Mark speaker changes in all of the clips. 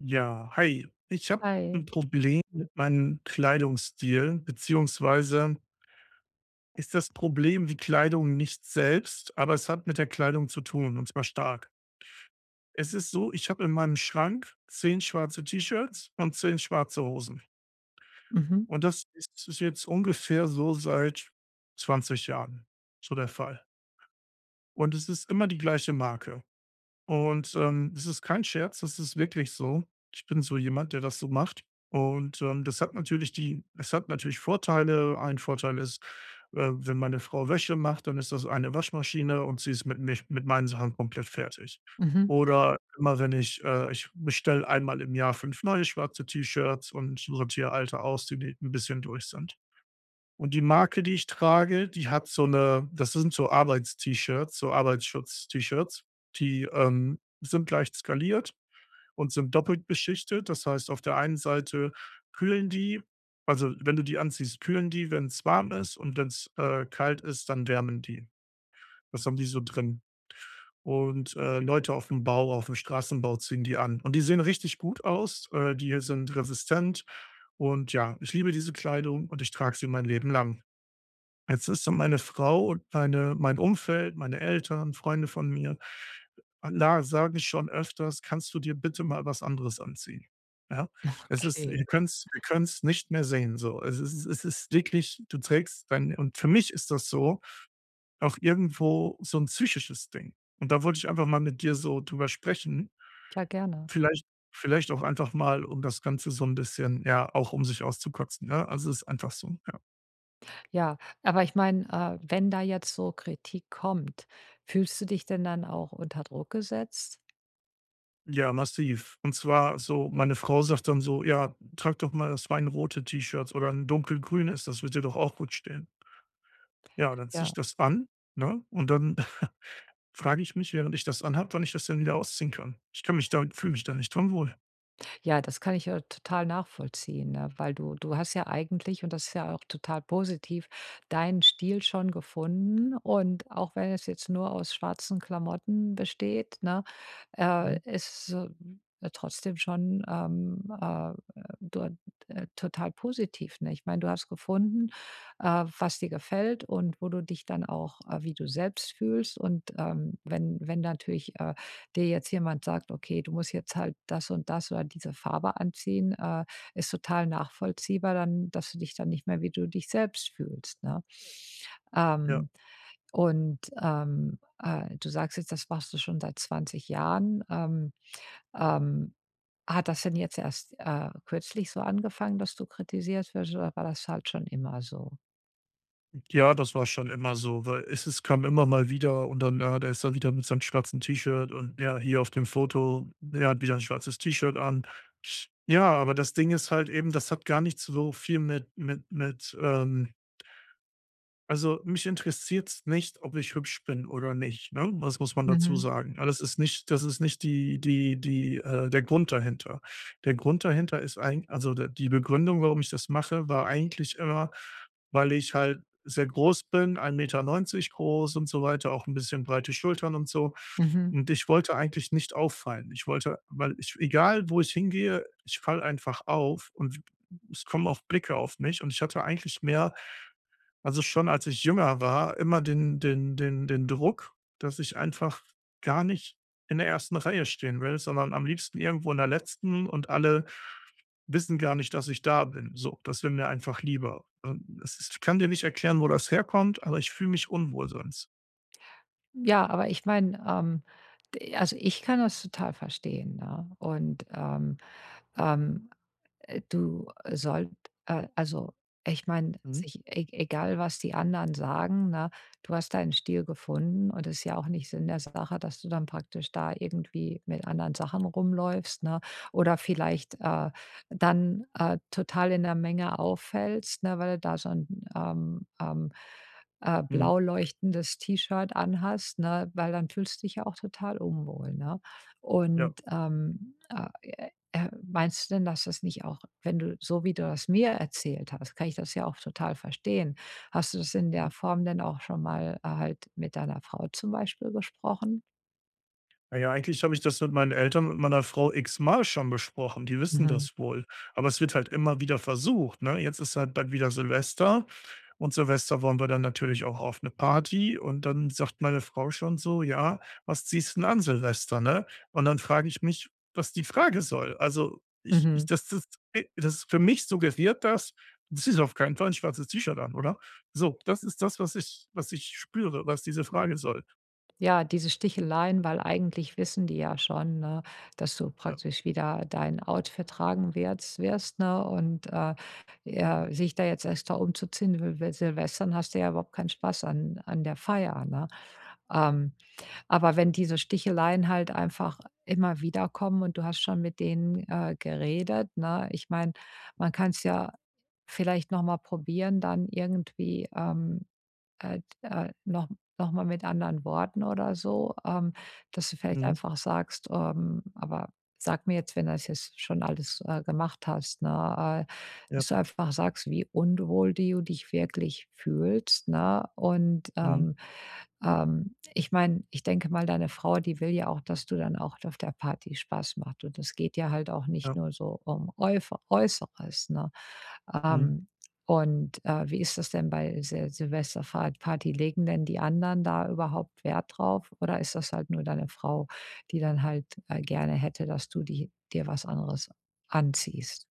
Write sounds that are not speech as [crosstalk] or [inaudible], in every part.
Speaker 1: Ja, hi. Ich habe
Speaker 2: Ei.
Speaker 1: ein Problem mit meinem Kleidungsstil, beziehungsweise ist das Problem die Kleidung nicht selbst, aber es hat mit der Kleidung zu tun, und zwar stark. Es ist so, ich habe in meinem Schrank 10 schwarze T-Shirts und 10 schwarze Hosen.
Speaker 2: Mhm,
Speaker 1: Und das ist jetzt ungefähr so seit 20 Jahren so der Fall. Und es ist immer die gleiche Marke. Und, das ist kein Scherz, das ist wirklich so. Ich bin so jemand, der das so macht. Und, das hat natürlich die es hat natürlich Vorteile. Ein Vorteil ist, wenn meine Frau Wäsche macht, dann ist das eine Waschmaschine und sie ist mit meinen Sachen komplett fertig.
Speaker 2: mhm.
Speaker 1: Oder immer wenn ich ich bestelle einmal im Jahr 5 neue schwarze T-Shirts und sortiere alte aus, die ein bisschen durch sind. Und die Marke, die ich trage, die hat so eine. Das sind so Arbeits-T-Shirts, so Arbeitsschutz-T-Shirts. Die, sind leicht skaliert und sind doppelt beschichtet. Das heißt, auf der einen Seite kühlen die also, wenn du die anziehst, kühlen die, wenn es warm ist und wenn's, kalt ist, dann wärmen die. Das haben die so drin. Und, Leute auf dem Straßenbau ziehen die an. Und die sehen richtig gut aus. Die sind resistent und ja, ich liebe diese Kleidung und ich trage sie mein Leben lang. Jetzt ist so meine Frau und mein Umfeld, meine Eltern, Freunde von mir, la sagen schon öfters: „Kannst du dir bitte mal was anderes anziehen?" Ja?
Speaker 2: [laughs]
Speaker 1: Es ist
Speaker 2: Okay,
Speaker 1: ihr könnt's wir können's nicht mehr sehen so. Es ist wirklich, du trägst dein und für mich ist das so auch irgendwo so ein psychisches Ding. Und da wollte ich einfach mal mit dir so drüber sprechen.
Speaker 2: ja gerne.
Speaker 1: Vielleicht vielleicht auch einfach mal, um das Ganze so ein bisschen ja, auch um sich auszukotzen, ne? Also, es ist einfach so, ja.
Speaker 2: Ja, aber ich meine, wenn da jetzt so Kritik kommt, fühlst du dich denn dann auch unter Druck gesetzt?
Speaker 1: Ja, massiv. Und zwar so, meine Frau sagt dann so: „Ja, trag doch mal das weinrote T-Shirt oder ein dunkelgrünes, das wird dir doch auch gut stehen." Ja, dann ziehe ich
Speaker 2: Ja,
Speaker 1: das an, ne? Und dann [laughs] frage ich mich, während ich das anhab, wann ich das denn wieder ausziehen kann. Ich kann mich da fühle mich da nicht drin wohl.
Speaker 2: ja, das kann ich ja total nachvollziehen, ne? Weil du hast ja eigentlich, und das ist ja auch total positiv, deinen Stil schon gefunden, und auch wenn es jetzt nur aus schwarzen Klamotten besteht, ne? äh,
Speaker 1: Mhm,
Speaker 2: ist, äh, äh, trotzdem schon, dort, total positiv, ne? Ich meine, du hast gefunden, was dir gefällt und wo du dich dann auch wie du selbst fühlst. Und, wenn natürlich, dir jetzt jemand sagt: „Okay, du musst jetzt halt das und das oder diese Farbe anziehen“, ist total nachvollziehbar dann, dass du dich dann nicht mehr wie du dich selbst fühlst, ne?
Speaker 1: ja.
Speaker 2: Ähm und, du sagst jetzt, das machst du schon seit 20 Jahren. Ähm, Hat das denn jetzt erst, kürzlich so angefangen, dass du kritisiert wirst, oder war das halt schon immer so?
Speaker 1: Ja, das war schon immer so, weil es kam immer mal wieder und dann, ja, der ist dann wieder mit seinem schwarzen T-Shirt und ja, hier auf dem Foto, der hat wieder ein schwarzes T-Shirt an. Ja, aber das Ding ist halt eben, das hat gar nicht so viel mit, also, mich interessiert's nicht, ob ich hübsch bin oder nicht, ne? Das muss man dazu
Speaker 2: Mhm,
Speaker 1: sagen. Aber das ist nicht die die die der Grund dahinter. Der Grund dahinter ist eigentlich, also, d die Begründung, warum ich das mache, war eigentlich immer, weil ich halt sehr groß bin, 1,90 Meter groß und so weiter, auch ein bisschen breite Schultern und so.
Speaker 2: mhm.
Speaker 1: Und ich wollte eigentlich nicht auffallen. Ich wollte weil ich egal wo ich hingehe, ich falle einfach auf und es kommen auch Blicke auf mich und ich hatte eigentlich mehr also, schon als ich jünger war, immer den Druck, dass ich einfach gar nicht in der ersten Reihe stehen will, sondern am liebsten irgendwo in der letzten und alle wissen gar nicht, dass ich da bin. So, das wäre mir einfach lieber. Es ist Ich kann dir nicht erklären, wo das herkommt, aber ich fühle mich unwohl sonst.
Speaker 2: Ja, aber ich meine, d also, ich kann das total verstehen, ne? Und, ähm du sollt also, ich meine,
Speaker 1: Mhm.
Speaker 2: sich e egal, was die anderen sagen, ne? Du hast deinen Stil gefunden und es ist ja auch nicht Sinn der Sache, dass du dann praktisch da irgendwie mit anderen Sachen rumläufst, ne? Oder vielleicht, dann, total in der Menge auffällst, ne, weil du da so ein ähm, ähm,
Speaker 1: Mhm.
Speaker 2: blau leuchtendes T-Shirt anhast, ne, weil dann fühlst du dich ja auch total unwohl, ne?
Speaker 1: Ja.
Speaker 2: Und, meinst du denn, dass das nicht auch wenn du, so wie du das mir erzählt hast, kann ich das ja auch total verstehen. Hast du das in der
Speaker 1: Mhm.
Speaker 2: Form denn auch schon mal, halt mit deiner Frau zum Beispiel besprochen?
Speaker 1: Na ja, eigentlich habe ich das mit meinen Eltern und meiner Frau x-mal schon besprochen. Die wissen
Speaker 2: Mhm,
Speaker 1: das wohl. Aber es wird halt immer wieder versucht, ne? Jetzt ist halt bald wieder Silvester und Silvester wollen wir dann natürlich auch auf eine Party und dann sagt meine Frau schon so: „Ja, was ziehst 'n an Silvester, ne?" Und dann frage ich mich, was die Frage soll. Also, ich
Speaker 2: mhm.
Speaker 1: das ist für mich suggeriert dass das: „Du ziehst auf keinen Fall ein schwarzes T-Shirt an, oder?" So, das ist das, was ich spüre, was diese Frage soll.
Speaker 2: Ja, diese Sticheleien, weil eigentlich wissen die ja schon, ne, dass du
Speaker 1: Ja,
Speaker 2: praktisch wieder dein Outfit tragen wirds wirst, ne, und,
Speaker 1: ja.
Speaker 2: ja, sich da jetzt extra umzuziehen, weil Silvestern hast du ja überhaupt keinen Spaß an der Feier, ne? Ähm Aber wenn diese Sticheleien halt einfach immer wieder kommen und du hast schon mit denen, geredet, ne? Ich meine, man kann es ja vielleicht noch mal probieren, dann irgendwie, noch mal mit anderen Worten oder so, dass du vielleicht
Speaker 1: Mhm.
Speaker 2: einfach sagst, aber sag mir jetzt, wenn du das jetzt schon alles, gemacht hast, ne,
Speaker 1: Ja.
Speaker 2: dass du einfach sagst, wie unwohl du dich wirklich fühlst, ne? Und,
Speaker 1: Mhm.
Speaker 2: ich meine, ich denke mal, deine Frau, die will ja auch, dass du dann auch auf der Party Spaß macht, und es geht ja halt auch nicht
Speaker 1: Ja,
Speaker 2: nur so um Äufe Äußeres, ne?
Speaker 1: mhm.
Speaker 2: Ähm, Wie ist das denn bei Silvesterfahrt? Legen denn die anderen da überhaupt Wert drauf, oder ist das halt nur deine Frau, die dann halt, gerne hätte, dass du die dir was anderes anziehst?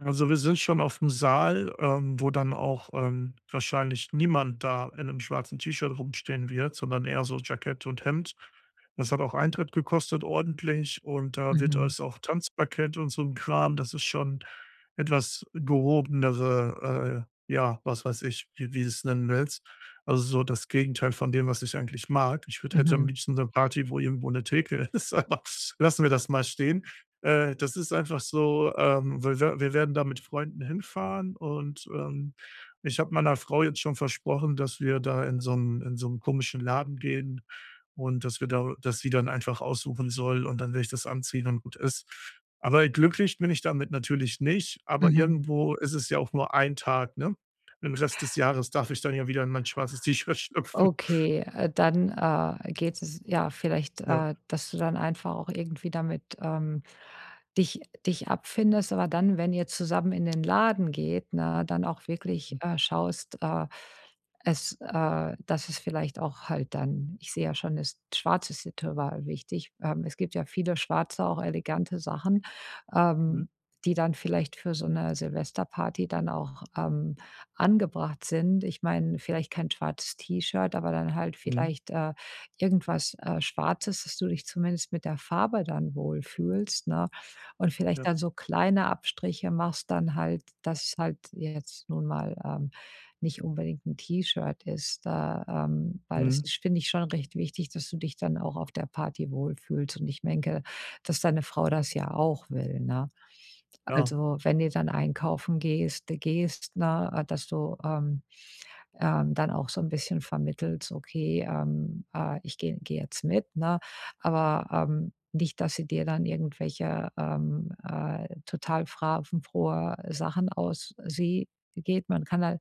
Speaker 1: Also, wir sind schon auf dem Saal, wo dann auch, wahrscheinlich niemand da in einem schwarzen T-Shirt rumstehen wird, sondern eher so Jackett und Hemd. Das hat auch Eintritt gekostet ordentlich und da wird
Speaker 2: Mhm,
Speaker 1: es auch Tanzparkett und so ein Kram. Das ist schon etwas gehobenere, ja, was weiß ich, wie du's nennen willst. Also, so das Gegenteil von dem, was ich eigentlich mag. Ich würde hätte am
Speaker 2: mhm,
Speaker 1: liebsten eine Party, wo irgendwo eine Theke [laughs] ist, aber lassen wir das mal stehen. Das ist einfach so, wir werden da mit Freunden hinfahren und, ich habe meiner Frau jetzt schon versprochen, dass wir da in so 'n komischen Laden gehen und dass wir da dass sie dann einfach aussuchen soll und dann werde ich das anziehen und gut ist. Aber glücklich bin ich damit natürlich nicht, aber
Speaker 2: mhm.
Speaker 1: irgendwo ist es ja auch nur ein Tag, ne? Den Rest des Jahres darf ich dann ja wieder in mein schwarzes T-Shirt [laughs] schlüpfen.
Speaker 2: Okay, dann, geht es ja, vielleicht,
Speaker 1: Ja.
Speaker 2: dass du dann einfach auch irgendwie damit, dich dich abfindest, aber dann, wenn ihr zusammen in den Laden geht, ne, dann auch wirklich,
Speaker 1: Mhm.
Speaker 2: schaust, es dass es vielleicht auch halt dann ich sehe ja schon, ist schwarzes total wichtig. Es gibt ja viele schwarze, auch elegante Sachen,
Speaker 1: Mhm.
Speaker 2: ähm, die dann vielleicht für so eine Silvesterparty dann auch, angebracht sind. Ich meine, vielleicht kein schwarzes T-Shirt, aber dann halt
Speaker 1: Mhm.
Speaker 2: vielleicht, irgendwas, Schwarzes, dass du dich zumindest mit der Farbe dann wohlfühlst, ne? Und vielleicht
Speaker 1: Ja.
Speaker 2: dann so kleine Abstriche machst dann halt, dass es halt jetzt nun mal, nicht unbedingt ein T-Shirt ist, da, weil das
Speaker 1: Mhm.
Speaker 2: ist, finde ich, schon recht wichtig, dass du dich dann auch auf der Party wohlfühlst, und ich denke, dass deine Frau das ja auch will, ne?
Speaker 1: Ja.
Speaker 2: Also, wenn du dann einkaufen gehst gehst, ne, dass du, dann auch so ein bisschen vermittelst: „Okay, ich gehe jetzt mit“, ne? Aber, nicht, dass sie dir dann irgendwelche, total farbenfrohe Sachen aus sie geht. Man kann da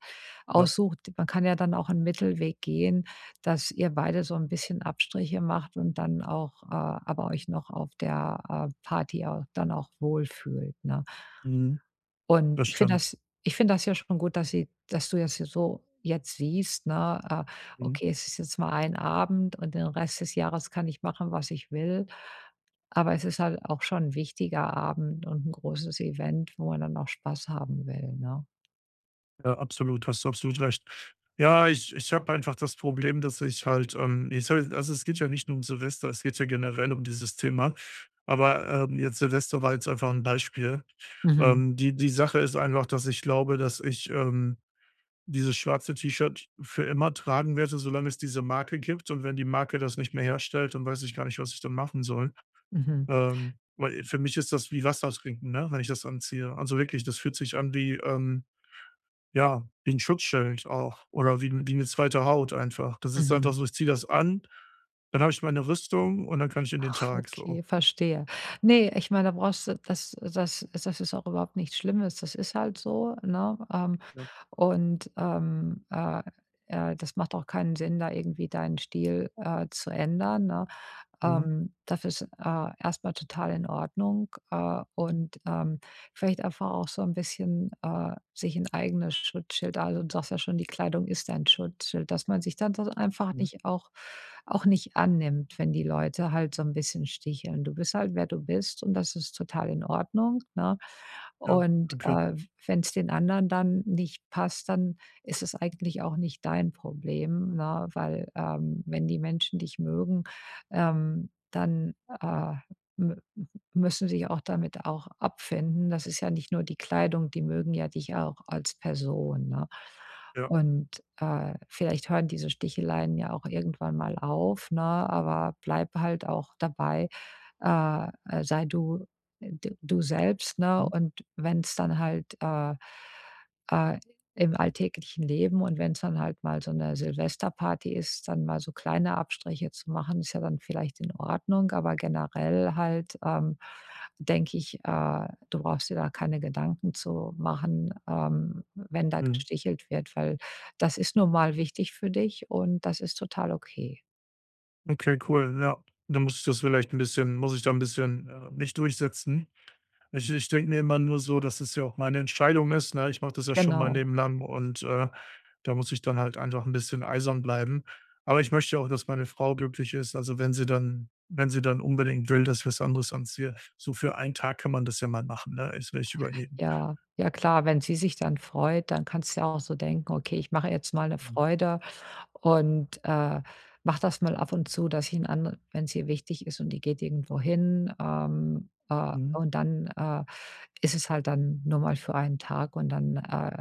Speaker 1: Ja.
Speaker 2: aussucht man kann ja dann auch einen Mittelweg gehen, dass ihr beide so ein bisschen Abstriche macht und dann auch, aber euch noch auf der, Party auch dann auch wohlfühlt, ne?
Speaker 1: Mhm.
Speaker 2: Und
Speaker 1: Das stimmt.
Speaker 2: ich finde das ja schon gut, dass du das hier so jetzt siehst, ne?
Speaker 1: Mhm.
Speaker 2: Okay, es ist jetzt mal ein Abend und den Rest des Jahres kann ich machen, was ich will. Aber es ist halt auch schon ein wichtiger Abend und ein großes Event, wo man dann auch Spaß haben will, ne?
Speaker 1: Ja, absolut, hast du absolut recht. Ja, ich habe einfach das Problem, dass ich halt, ich soll also, es geht ja nicht nur um Silvester, es geht ja generell um dieses Thema. Aber, jetzt Silvester war jetzt einfach ein Beispiel.
Speaker 2: Mhm,
Speaker 1: Die Sache ist einfach, dass ich glaube, dass ich, dieses schwarze T-Shirt für immer tragen werde, solange es diese Marke gibt. Und wenn die Marke das nicht mehr herstellt, dann weiß ich gar nicht, was ich dann machen soll.
Speaker 2: mhm,
Speaker 1: Weil für mich ist das wie Wasser trinken, ne, wenn ich das anziehe. Also, wirklich, das fühlt sich an wie, ja, wie 'n Schutzschild auch oder wie 'ne zweite Haut einfach. Das ist
Speaker 2: mhm.
Speaker 1: einfach so, ich ziehe das an, dann habe ich meine Rüstung und dann kann ich in den Tag so.
Speaker 2: Okay, verstehe. Ne, ich meine, da brauchst du das ist auch überhaupt nichts Schlimmes. Das ist halt so, ne?
Speaker 1: Ja.
Speaker 2: Und, ähm, äh, Das macht auch keinen Sinn, da irgendwie deinen Stil, zu ändern, ne?
Speaker 1: Mhm.
Speaker 2: Das ist, erst total in Ordnung, und, vielleicht einfach auch so ein bisschen, sich ein eigenes Schutzschild also, du sagst ja schon, die Kleidung ist ein Schutzschild, dass man sich dann das einfach
Speaker 1: Mhm.
Speaker 2: nicht auch auch nicht annimmt, wenn die Leute halt so ein bisschen sticheln. Du bist halt, wer du bist, und das ist total in Ordnung, ne?
Speaker 1: Ja.
Speaker 2: Und,
Speaker 1: Okay.
Speaker 2: wenn es den anderen dann nicht passt, dann ist es eigentlich auch nicht dein Problem, ne? Weil, wenn die Menschen dich mögen dann, äh, mü müssen sich auch damit auch abfinden. Das ist ja nicht nur die Kleidung, die mögen ja dich auch als Person, ne?
Speaker 1: Ja.
Speaker 2: Und, vielleicht hören diese Sticheleien ja auch irgendwann mal auf, ne, aber bleib halt auch dabei, sei du d du selbst, ne?
Speaker 1: Mhm.
Speaker 2: Und wenn es dann halt, äh im alltäglichen Leben, und wenn es dann halt mal so eine Silvesterparty ist, dann mal so kleine Abstriche zu machen, ist ja dann vielleicht in Ordnung, aber generell halt, denke ich, du brauchst dir da keine Gedanken zu machen, wenn da
Speaker 1: Mhm.
Speaker 2: gestichelt wird, weil das ist nun mal wichtig für dich und das ist total okay.
Speaker 1: Okay, cool, ja. Dann muss ich da 'n bisschen, mich durchsetzen. Ich denke mir immer nur so, dass es ja auch meine Entscheidung ist, ne? Ich mache das ja schon mein
Speaker 2: Genau.
Speaker 1: Leben lang und, da muss ich dann halt einfach ein bisschen eisern bleiben. Aber ich möchte auch, dass meine Frau glücklich ist. Also, wenn sie dann unbedingt will, dass ich was anderes anziehe, so für einen Tag kann man das ja mal machen, ne? Das will ich überleben.
Speaker 2: Ja, ja klar, wenn sie sich dann freut, dann kannst du ja auch so denken: „Okay, ich mache jetzt mal eine
Speaker 1: Mhm.
Speaker 2: Freude und, mache das mal ab und zu, dass ich 'n anderen“, wenn es ihr wichtig ist und die geht irgendwo hin,
Speaker 1: Mhm.
Speaker 2: und dann, ist es halt dann nur mal für einen Tag, und dann,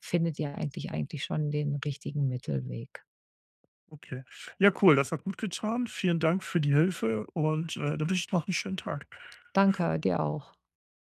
Speaker 2: findet ihr eigentlich schon den richtigen Mittelweg.
Speaker 1: Okay. Ja, cool, das hat gut getan. Vielen Dank für die Hilfe und, dann wünsche ich noch einen schönen Tag.
Speaker 2: Danke, dir auch.